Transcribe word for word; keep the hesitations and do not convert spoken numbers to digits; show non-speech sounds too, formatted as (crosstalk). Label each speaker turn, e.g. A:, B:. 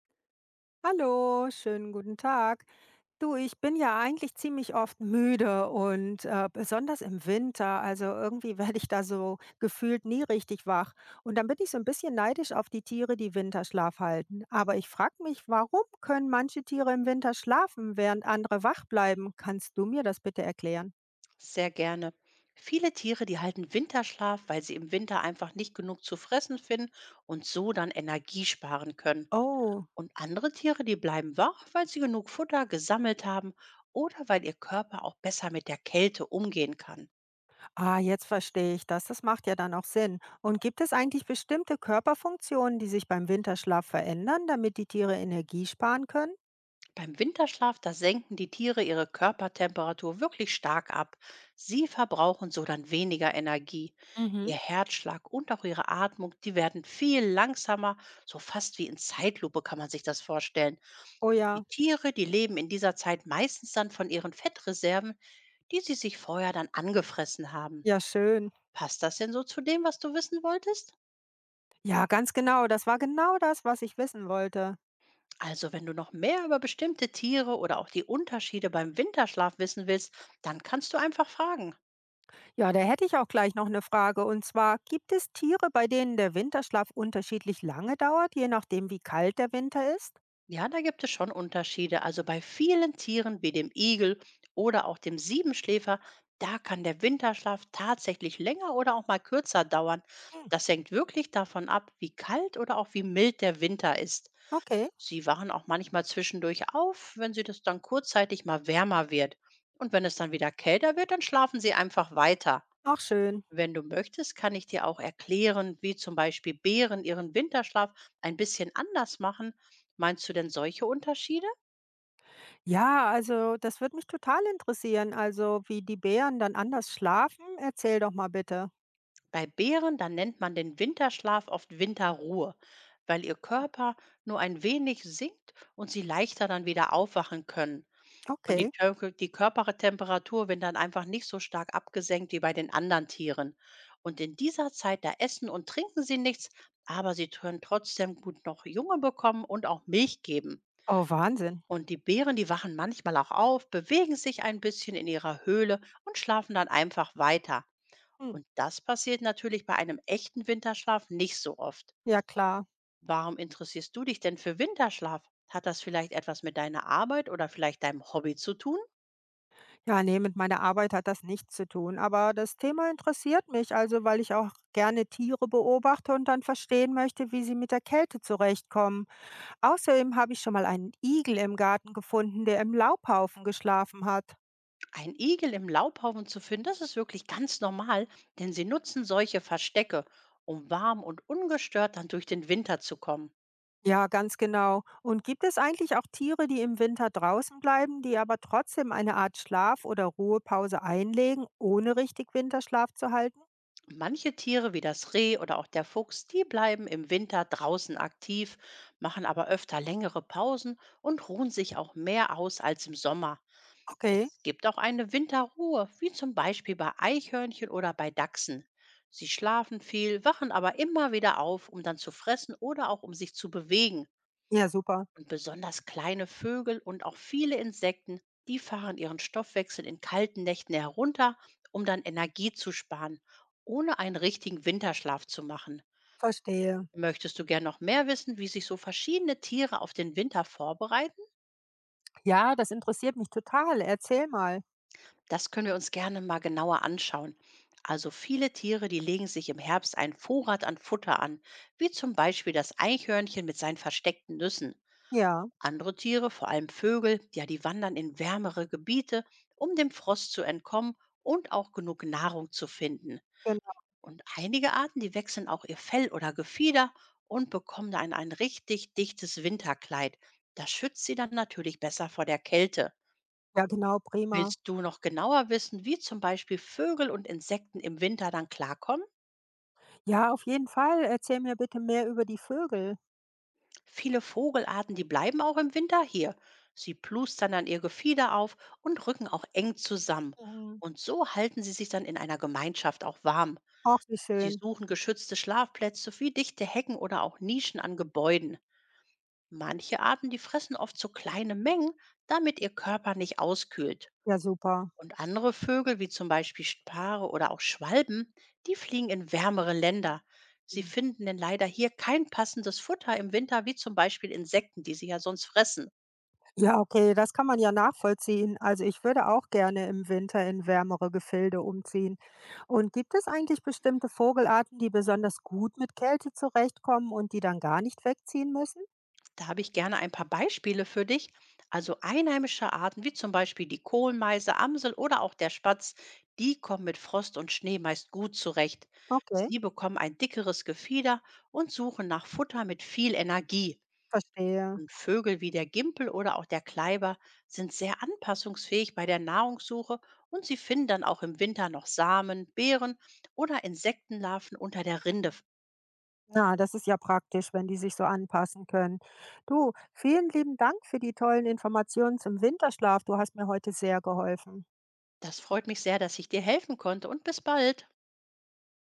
A: Hallo, schönen guten Tag. Du, ich bin ja eigentlich ziemlich oft müde und äh, besonders im Winter. Also irgendwie (laughs) werde ich da so gefühlt nie richtig wach. Und dann bin ich so ein bisschen neidisch auf die Tiere, die Winterschlaf halten. Aber ich frage mich, warum können manche Tiere im Winter schlafen, während andere wach bleiben? Kannst du mir das bitte erklären?
B: Sehr gerne. Viele Tiere, die halten Winterschlaf, weil sie im Winter einfach nicht genug zu fressen finden und so dann Energie sparen können.
A: Oh,
B: Und andere Tiere, die bleiben wach, weil sie genug Futter gesammelt haben oder weil ihr Körper auch besser mit der Kälte umgehen kann.
A: ah, jetzt verstehe ich das. Das macht ja dann auch Sinn. Und gibt es eigentlich bestimmte Körperfunktionen, die sich beim Winterschlaf verändern, damit die Tiere Energie sparen können?
B: Beim Winterschlaf, da senken die Tiere ihre Körpertemperatur wirklich stark ab. Sie verbrauchen so dann weniger Energie.
A: Mhm.
B: Ihr Herzschlag und auch ihre Atmung, die werden viel langsamer, so fast wie in Zeitlupe kann man sich das vorstellen.
A: Oh
B: Die
A: ja,
B: Tiere, die leben in dieser Zeit meistens dann von ihren Fettreserven, die sie sich vorher dann angefressen haben.
A: ja schön.
B: Passt das denn so zu dem, was du wissen wolltest?
A: Ja, ganz genau. Das war genau das, was ich wissen wollte.
B: Also, wenn du noch mehr über bestimmte Tiere oder auch die Unterschiede beim Winterschlaf wissen willst, dann kannst du einfach fragen.
A: Ja, da hätte ich auch gleich noch eine Frage. Und zwar, gibt es Tiere, bei denen der Winterschlaf unterschiedlich lange dauert, je nachdem, wie kalt der Winter ist?
B: Ja, da gibt es schon Unterschiede. Also bei vielen Tieren wie dem Igel oder auch dem Siebenschläfer, da kann der Winterschlaf tatsächlich länger oder auch mal kürzer dauern.
A: Hm.
B: Das hängt wirklich davon ab, wie kalt oder auch wie mild der Winter ist.
A: Okay,
B: Sie wachen auch manchmal zwischendurch auf, wenn sie das dann kurzzeitig mal wärmer wird. Und wenn es dann wieder kälter wird, dann schlafen sie einfach weiter.
A: auch schön.
B: Wenn du möchtest, kann ich dir auch erklären, wie zum Beispiel Bären ihren Winterschlaf ein bisschen anders machen. Meinst du denn solche Unterschiede?
A: Ja, also das würde mich total interessieren. Also, wie die Bären dann anders schlafen, erzähl doch mal bitte.
B: Bei Bären, dann nennt man den Winterschlaf oft Winterruhe, weil ihr Körper nur ein wenig sinkt und sie leichter dann wieder aufwachen können. Und die,
A: Okay.
B: Tör- die Körpertemperatur wird dann einfach nicht so stark abgesenkt wie bei den anderen Tieren. Und in dieser Zeit, da essen und trinken sie nichts, aber sie können trotzdem gut noch Junge bekommen und auch Milch geben.
A: Oh, Wahnsinn.
B: Und die Bären, die wachen manchmal auch auf, bewegen sich ein bisschen in ihrer Höhle und schlafen dann einfach weiter.
A: Hm,
B: Und das passiert natürlich bei einem echten Winterschlaf nicht so oft.
A: ja klar.
B: Warum interessierst du dich denn für Winterschlaf? Hat das vielleicht etwas mit deiner Arbeit oder vielleicht deinem Hobby zu tun?
A: Ja, ne, mit meiner Arbeit hat das nichts zu tun, aber das Thema interessiert mich, also weil ich auch gerne Tiere beobachte und dann verstehen möchte, wie sie mit der Kälte zurechtkommen. Außerdem habe ich schon mal einen Igel im Garten gefunden, der im Laubhaufen geschlafen hat.
B: Ein Igel im Laubhaufen zu finden, das ist wirklich ganz normal, denn sie nutzen solche Verstecke, um warm und ungestört dann durch den Winter zu kommen.
A: Ja, ganz genau. Und gibt es eigentlich auch Tiere, die im Winter draußen bleiben, die aber trotzdem eine Art Schlaf- oder Ruhepause einlegen, ohne richtig Winterschlaf zu halten?
B: Manche Tiere wie das Reh oder auch der Fuchs, die bleiben im Winter draußen aktiv, machen aber öfter längere Pausen und ruhen sich auch mehr aus als im Sommer.
A: Okay,
B: Es gibt auch eine Winterruhe, wie zum Beispiel bei Eichhörnchen oder bei Dachsen. Sie schlafen viel, wachen aber immer wieder auf, um dann zu fressen oder auch um sich zu bewegen.
A: ja, super.
B: Und besonders kleine Vögel und auch viele Insekten, die fahren ihren Stoffwechsel in kalten Nächten herunter, um dann Energie zu sparen, ohne einen richtigen Winterschlaf zu machen.
A: Verstehe.
B: Möchtest du gern noch mehr wissen, wie sich so verschiedene Tiere auf den Winter vorbereiten?
A: Ja, das interessiert mich total. Erzähl mal.
B: Das können wir uns gerne mal genauer anschauen. Also viele Tiere, die legen sich im Herbst einen Vorrat an Futter an, wie zum Beispiel das Eichhörnchen mit seinen versteckten Nüssen.
A: Ja.
B: Andere Tiere, vor allem Vögel, ja, die wandern in wärmere Gebiete, um dem Frost zu entkommen und auch genug Nahrung zu finden.
A: Genau,
B: Und einige Arten, die wechseln auch ihr Fell oder Gefieder und bekommen dann ein richtig dichtes Winterkleid. Das schützt sie dann natürlich besser vor der Kälte.
A: ja genau, prima.
B: Willst du noch genauer wissen, wie zum Beispiel Vögel und Insekten im Winter dann klarkommen?
A: Ja, auf jeden Fall. Erzähl mir bitte mehr über die Vögel.
B: Viele Vogelarten, die bleiben auch im Winter hier. Sie plustern dann ihr Gefieder auf und rücken auch eng zusammen.
A: Mhm.
B: Und so halten sie sich dann in einer Gemeinschaft auch warm.
A: Ach, wie
B: Sie
A: schön.
B: suchen geschützte Schlafplätze wie dichte Hecken oder auch Nischen an Gebäuden. Manche Arten, die fressen oft so kleine Mengen, damit ihr Körper nicht auskühlt.
A: Ja, super.
B: Und andere Vögel, wie zum Beispiel Spare oder auch Schwalben, die fliegen in wärmere Länder. Sie
A: Mhm.
B: finden denn leider hier kein passendes Futter im Winter, wie zum Beispiel Insekten, die sie ja sonst fressen.
A: Ja, okay, das kann man ja nachvollziehen. Also, ich würde auch gerne im Winter in wärmere Gefilde umziehen. Und gibt es eigentlich bestimmte Vogelarten, die besonders gut mit Kälte zurechtkommen und die dann gar nicht wegziehen müssen?
B: Da habe ich gerne ein paar Beispiele für dich. Also einheimische Arten, wie zum Beispiel die Kohlmeise, Amsel oder auch der Spatz, die kommen mit Frost und Schnee meist gut zurecht.
A: Okay,
B: Sie bekommen ein dickeres Gefieder und suchen nach Futter mit viel Energie.
A: verstehe.
B: Und Vögel wie der Gimpel oder auch der Kleiber sind sehr anpassungsfähig bei der Nahrungssuche und sie finden dann auch im Winter noch Samen, Beeren oder Insektenlarven unter der Rinde.
A: Na, das ist ja praktisch, wenn die sich so anpassen können. Du, vielen lieben Dank für die tollen Informationen zum Winterschlaf. Du hast mir heute sehr geholfen.
B: Das freut mich sehr, dass ich dir helfen konnte und bis bald.